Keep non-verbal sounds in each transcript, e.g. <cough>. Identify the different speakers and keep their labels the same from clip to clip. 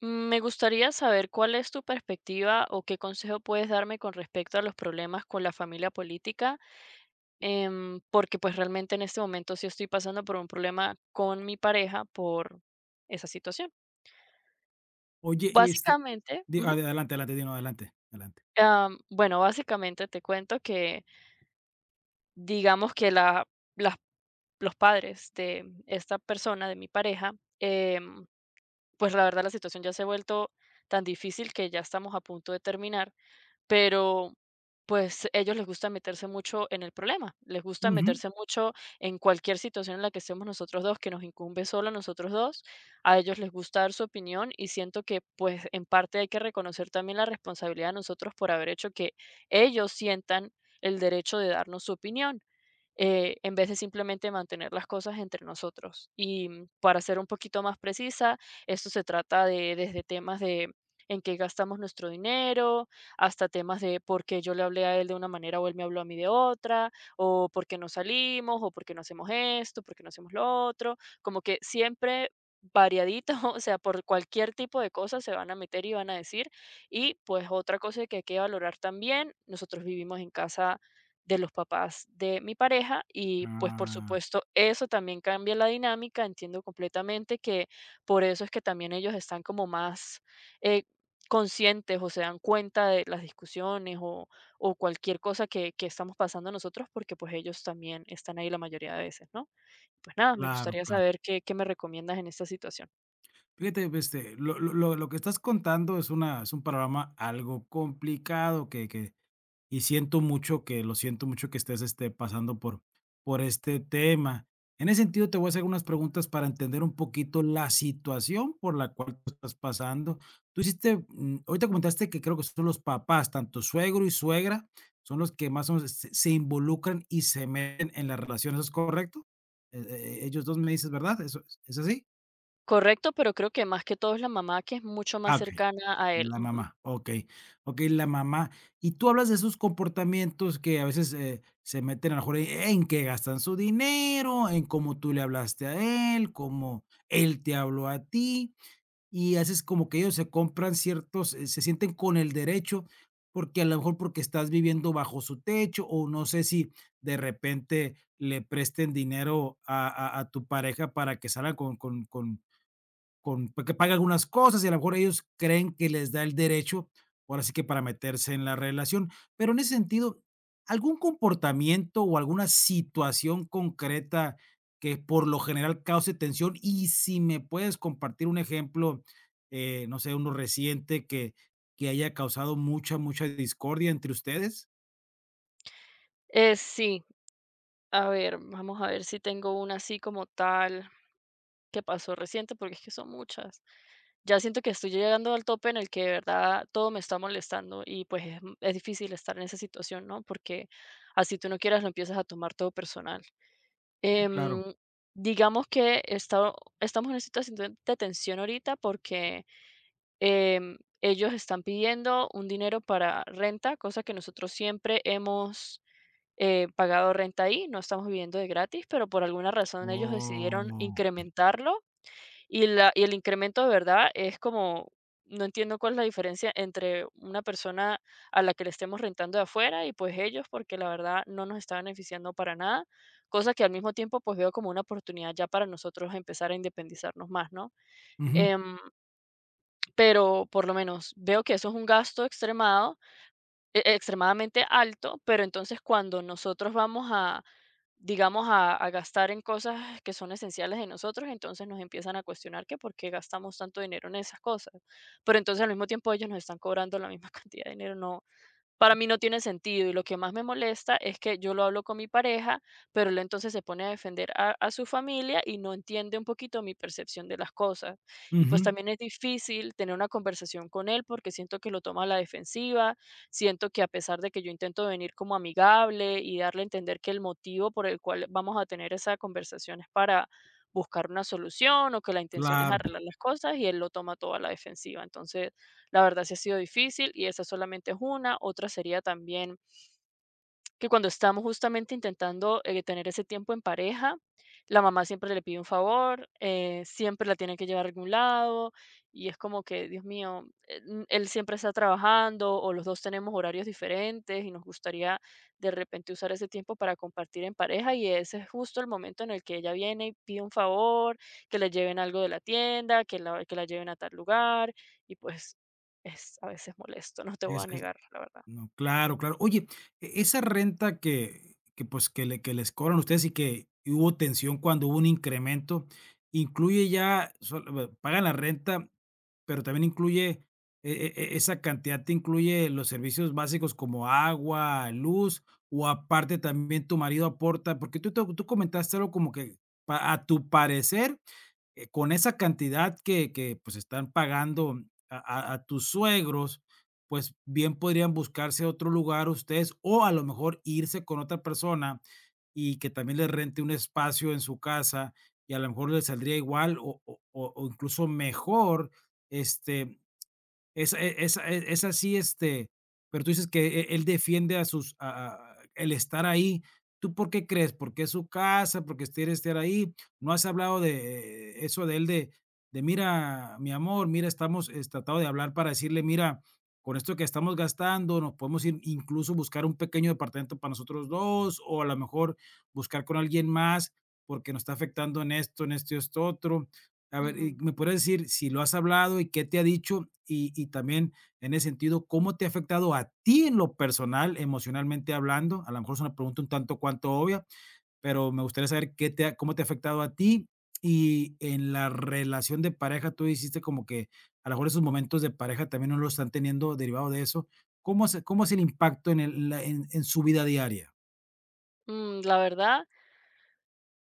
Speaker 1: Me gustaría saber cuál es tu perspectiva o qué consejo puedes darme con respecto a los problemas con la familia política, porque pues realmente en este momento sí estoy pasando por un problema con mi pareja por esa situación.
Speaker 2: Oye, y
Speaker 1: Básicamente,
Speaker 2: di
Speaker 1: ujú,
Speaker 2: adelante, adelante, di, no, adelante, adelante.
Speaker 1: bueno, básicamente te cuento que digamos que las- los padres de esta persona, de mi pareja, em, pues la verdad la situación ya se ha vuelto tan difícil que ya estamos a punto de terminar. Pero, pues, ellos les gusta meterse mucho en el problema, les gusta
Speaker 2: Ujú.
Speaker 1: meterse mucho en cualquier situación en la que estemos nosotros dos, que nos incumbe solo a nosotros dos. A ellos les gusta dar su opinión y siento que, pues, en parte hay que reconocer también la responsabilidad de nosotros por haber hecho que ellos sientan el derecho de darnos su opinión, en vez de simplemente mantener las cosas entre nosotros. Y para ser un poquito más precisa, esto se trata de desde temas de en qué gastamos nuestro dinero, hasta temas de por qué yo le hablé a él de una manera o él me habló a mí de otra, o por qué no salimos, o por qué no hacemos esto, por qué no hacemos lo otro, como que siempre variadito, <laughs> o sea, por cualquier tipo de cosas se van a meter y van a decir. Y pues otra cosa que hay que valorar también, nosotros vivimos en casa de los papás de mi pareja y pues por
Speaker 2: Ah,
Speaker 1: supuesto eso también cambia la dinámica. Entiendo completamente que por eso es que también ellos están como más eh, conscientes o se dan cuenta de las discusiones o cualquier cosa que, estamos pasando nosotros, porque pues ellos también están ahí la mayoría de veces, ¿no? Pues nada, me
Speaker 2: claro,
Speaker 1: gustaría
Speaker 2: claro.
Speaker 1: saber qué, qué me recomiendas en esta situación.
Speaker 2: Fíjate, pues, lo que estás contando es una es un panorama algo complicado que y siento mucho que lo siento mucho que estés, pasando por este tema. En ese sentido, te voy a hacer unas preguntas para entender un poquito la situación por la cual tú estás pasando. Ahorita comentaste que creo que son los papás, tanto suegro y suegra, son los que más o menos se involucran y se meten en la relación, ¿eso es correcto? E e ellos 2 me dices, ¿verdad? ¿Eso es así?
Speaker 1: Correcto, pero creo que más que todo es la mamá, que es mucho más
Speaker 2: Ah, okey.
Speaker 1: cercana a él.
Speaker 2: La
Speaker 1: Ujú.
Speaker 2: mamá, okey, okey, la mamá. Y tú hablas de sus comportamientos que a veces, se meten a lo mejor en que gastan su dinero, en cómo tú le hablaste a él, cómo él te habló a ti, y haces como que ellos se compran se sienten con el derecho, porque a lo mejor, porque estás viviendo bajo su techo, o no sé si de repente le presten dinero a tu pareja para que salga con, pues, que pague algunas cosas y a lo mejor ellos creen que les da el derecho, ahora sí que, para meterse en la relación. Pero en ese sentido, ¿algún comportamiento o alguna situación concreta que por lo general cause tensión? Y si me puedes compartir un ejemplo, no sé, uno reciente que haya causado mucha, mucha discordia entre ustedes.
Speaker 1: Sí, a ver, vamos a ver si tengo una así como tal, que pasó reciente, porque es que son muchas. Ya siento que estoy llegando al tope en el que de verdad todo me está molestando y pues es, m- es difícil estar en esa situación, ¿no? Porque así tú no quieras, lo empiezas a tomar todo personal.
Speaker 2: Sí,
Speaker 1: Em,
Speaker 2: claro.
Speaker 1: digamos que estamos en una situación de tensión ahorita porque ellos están pidiendo un dinero para renta, cosa que nosotros siempre hemos, pagado renta ahí, no estamos viviendo de gratis, pero por alguna razón ellos decidieron
Speaker 2: Oh, ok.
Speaker 1: incrementarlo. Y el incremento de verdad es como, no entiendo cuál es la diferencia entre una persona a la que le estemos rentando de afuera y, pues, ellos, porque la verdad no nos está beneficiando para nada, cosa que al mismo tiempo, pues, veo como una oportunidad ya para nosotros empezar a independizarnos más, ¿no?
Speaker 2: Ujú,
Speaker 1: Em, pero por lo menos veo que eso es un gasto extremado e extremadamente alto, pero entonces cuando nosotros vamos a, digamos, a gastar en cosas que son esenciales de nosotros, entonces nos empiezan a cuestionar que por qué gastamos tanto dinero en esas cosas. Pero entonces al mismo tiempo ellos nos están cobrando la misma <laughs> cantidad de dinero. No, para mí no tiene sentido, y lo que más me molesta es que yo lo hablo con mi pareja, pero él entonces se pone a defender a su familia y no entiende un poquito mi percepción de las cosas. Y, pues,
Speaker 2: ujú,
Speaker 1: también es difícil tener una conversación con él porque siento que lo toma a la defensiva, siento que a pesar de que yo intento venir como amigable y darle a entender que el motivo por el cual vamos a tener esa conversación es para buscar una solución, o que la intención es
Speaker 2: claro.
Speaker 1: arreglar las cosas, y él lo toma todo a la defensiva. Entonces la verdad sí ha sido difícil y esa solamente es una. Otra sería también que cuando estamos justamente intentando, tener ese tiempo en pareja, la mamá siempre le pide un favor, siempre la tiene que llevar a algún lado, y es como que, Dios mío, él siempre está trabajando o los 2 tenemos horarios diferentes y nos gustaría de repente usar ese tiempo para compartir en pareja, y ese es justo el momento en el que ella viene y pide un favor, que le lleven algo de la tienda, que la lleven a tal lugar, y pues es a veces molesto, no te voy a negar, la verdad.
Speaker 2: No, claro, claro. Oye, esa renta que les cobran ustedes y que hubo tensión cuando hubo un incremento, ¿incluye? Ya solo pagan la renta, pero también incluye, esa cantidad te incluye los servicios básicos como agua, luz, ¿o aparte también tu marido aporta? Porque tú comentaste algo como que, pa a tu parecer, con esa cantidad que pues están pagando a tus suegros, pues bien podrían buscarse otro lugar ustedes, o a lo mejor irse con otra persona y que también les rente un espacio en su casa, y a lo mejor les saldría igual o incluso mejor. Este, esa e esa e esa sí, este, pero tú dices que él defiende a sus a el estar ahí. ¿Tú por qué crees? ¿Porque es su casa? ¿Porque es quiere estar ahí? ¿No has hablado de eso de él de: "Mira, mi amor, mira, estamos"? ¿Es tratado de hablar para decirle: "Mira, con esto que estamos gastando, nos podemos ir, incluso buscar un pequeño departamento para nosotros dos, o a lo mejor buscar con alguien más, porque nos está afectando en esto y esto otro"? A ver, ¿y
Speaker 1: Ujú.
Speaker 2: me puedes decir si lo has hablado y qué te ha dicho? También, en ese sentido, ¿cómo te ha afectado a ti en lo personal, emocionalmente hablando? A lo mejor es una pregunta un tanto cuanto obvia, pero me gustaría saber qué te ha cómo te ha afectado a ti. Y en la relación de pareja, tú hiciste como que a lo mejor esos momentos de pareja también no lo están teniendo, derivado de eso. ¿Cómo es el impacto en el la en su vida diaria?
Speaker 1: La verdad,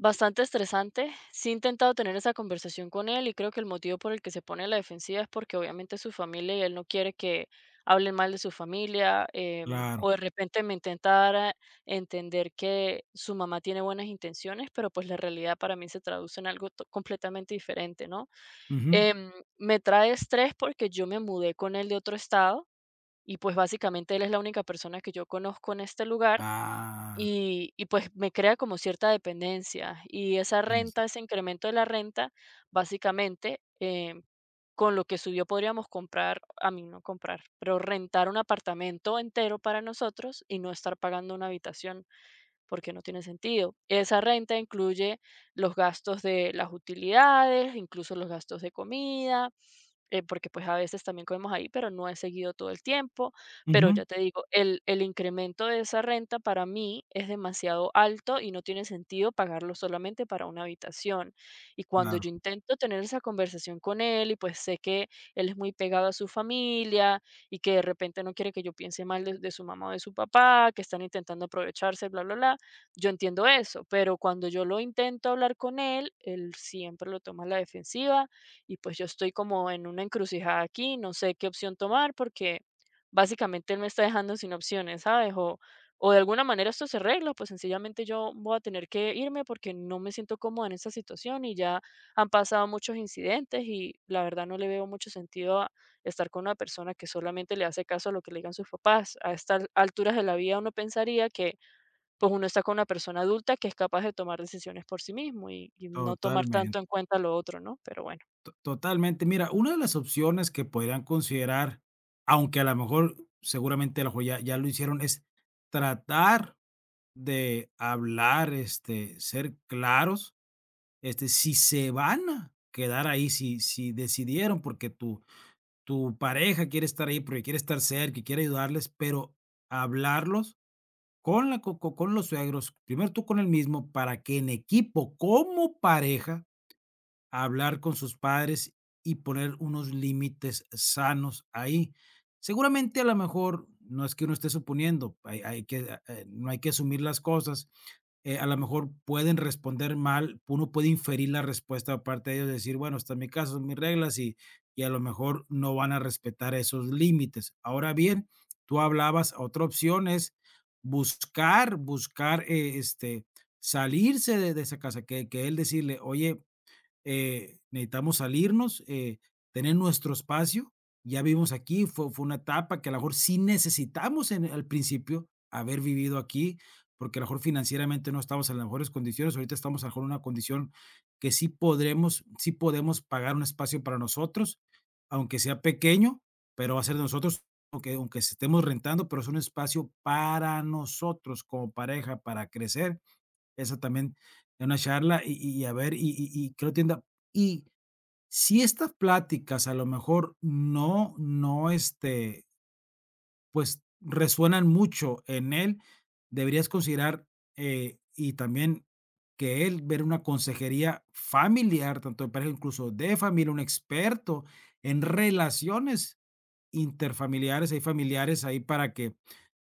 Speaker 1: bastante estresante. Sí he intentado tener esa conversación con él y creo que el motivo por el que se pone a la defensiva es porque obviamente es su familia y él no quiere que hablen mal de su familia,
Speaker 2: Claro.
Speaker 1: o de repente me intenta dar a entender que su mamá tiene buenas intenciones, pero pues la realidad para mí se traduce en algo completamente diferente, ¿no?
Speaker 2: Ujú.
Speaker 1: em, Me trae estrés porque yo me mudé con él de otro estado y pues básicamente él es la única persona que yo conozco en este lugar
Speaker 2: Ah,
Speaker 1: y, pues, me crea como cierta dependencia. Y esa
Speaker 2: listo.
Speaker 1: renta, ese incremento de la renta, básicamente, con lo que subió podríamos comprar, a mí no comprar, pero rentar un apartamento entero para nosotros y no estar pagando una habitación, porque no tiene sentido. Esa renta incluye los gastos de las utilidades, incluso los gastos de comida, porque pues a veces también comemos ahí, pero no he seguido todo el tiempo. Pero
Speaker 2: Ujú,
Speaker 1: ya te digo, el incremento de esa renta para mí es demasiado alto y no tiene sentido pagarlo solamente para una habitación. Y cuando
Speaker 2: claro,
Speaker 1: yo intento tener esa conversación con él, y pues sé que él es muy pegado a su familia y que de repente no quiere que yo piense mal de su mamá o de su papá, que están intentando aprovecharse, bla, bla, bla, yo entiendo eso, pero cuando yo lo intento hablar con él, él siempre lo toma a la defensiva. Y pues yo estoy como en una encrucijada aquí, no sé qué opción tomar, porque básicamente él me está dejando sin opciones, ¿sabes? O de alguna manera esto se arregla, pues sencillamente yo voy a tener que irme porque no me siento cómoda en esta situación, y ya han pasado muchos incidentes y la verdad no le veo mucho sentido a estar con una persona que solamente le hace caso a lo que le digan sus papás. A estas alturas de la vida uno pensaría que pues uno está con una persona adulta que es capaz de tomar decisiones por sí mismo, y no tomar tanto
Speaker 2: totalmente.
Speaker 1: en cuenta lo otro, ¿no? Pero bueno.
Speaker 2: To totalmente. Mira, una de las opciones que podrían considerar, aunque a lo mejor seguramente a lo mejor ya lo hicieron, es tratar de hablar, ser claros. Si se van a quedar ahí, si decidieron, porque tu pareja quiere estar ahí, porque quiere estar cerca y quiere ayudarles, pero hablarlos con la co co con los suegros. Primero tú con el mismo, para que, en equipo, como pareja, hablar con sus padres y poner unos límites sanos ahí. Seguramente, a lo mejor no es que uno esté suponiendo. Hay que, no hay que asumir las cosas. A lo mejor pueden responder mal, uno puede inferir la respuesta aparte de ellos, decir, bueno, está en mi caso, son mis reglas, y a lo mejor no van a respetar esos límites. Ahora bien, tú hablabas, otra opción es buscar, salirse de esa casa. Que él decirle, oye, necesitamos salirnos, tener nuestro espacio. Ya vimos aquí, fue una etapa que a lo mejor sí necesitamos al principio haber vivido aquí, porque a lo mejor financieramente no estamos en las mejores condiciones. Ahorita estamos a lo mejor en una condición que sí podemos pagar un espacio para nosotros, aunque sea pequeño, pero va a ser de nosotros, aunque estemos rentando, pero es un espacio para nosotros como pareja, para crecer. Eso también, en una charla, y a ver, y que lo entienda. Y si estas pláticas a lo mejor no, pues, resuenan mucho en él, deberías considerar, y también que él, ver una consejería familiar, tanto de pareja, incluso de familia, un experto en relaciones interfamiliares, hay familiares ahí, para que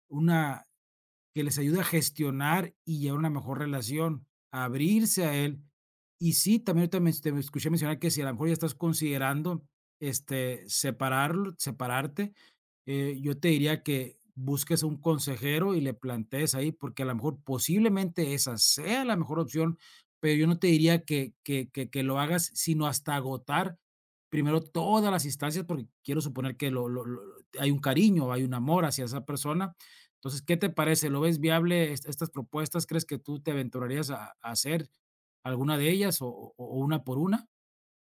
Speaker 2: una, que les ayude a gestionar y llevar una mejor relación, a abrirse a él. Y sí, también ahorita te me escuché mencionar que si a lo mejor ya estás considerando, separarte, yo te diría que busques a un consejero y le plantees ahí, porque a lo mejor posiblemente esa sea la mejor opción, pero yo no te diría que lo hagas, sino hasta agotar primero todas las instancias, porque quiero suponer que hay un cariño, hay un amor hacia esa persona. Entonces, ¿qué te parece? ¿Lo ves viable estas propuestas? ¿Crees que tú te aventurarías a hacer alguna de ellas, o una por una?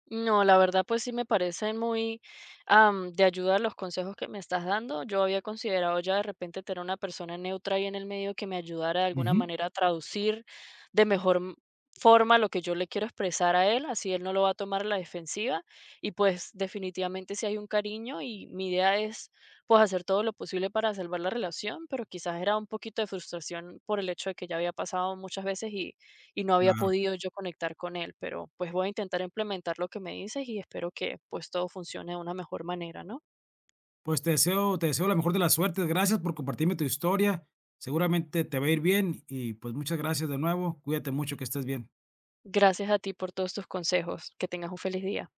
Speaker 1: No, la verdad, pues sí me parecen muy, de ayuda los consejos que me estás dando. Yo había considerado ya de repente tener una persona neutra ahí en el medio que me ayudara de alguna
Speaker 2: Ujú,
Speaker 1: manera a traducir de mejor forma lo que yo le quiero expresar a él, así él no lo va a tomar a la defensiva. Y pues definitivamente si hay un cariño y mi idea es pues hacer todo lo posible para salvar la relación, pero quizás era un poquito de frustración por el hecho de que ya había pasado muchas veces y no había
Speaker 2: claro.
Speaker 1: podido yo conectar con él, pero pues voy a intentar implementar lo que me dices y espero que pues todo funcione de una mejor manera, ¿no?
Speaker 2: Pues te deseo la mejor de las suertes. Gracias por compartirme tu historia. Seguramente te va a ir bien y, pues, muchas gracias de nuevo. Cuídate mucho, que estés bien.
Speaker 1: Gracias a ti por todos tus consejos. Que tengas un feliz día.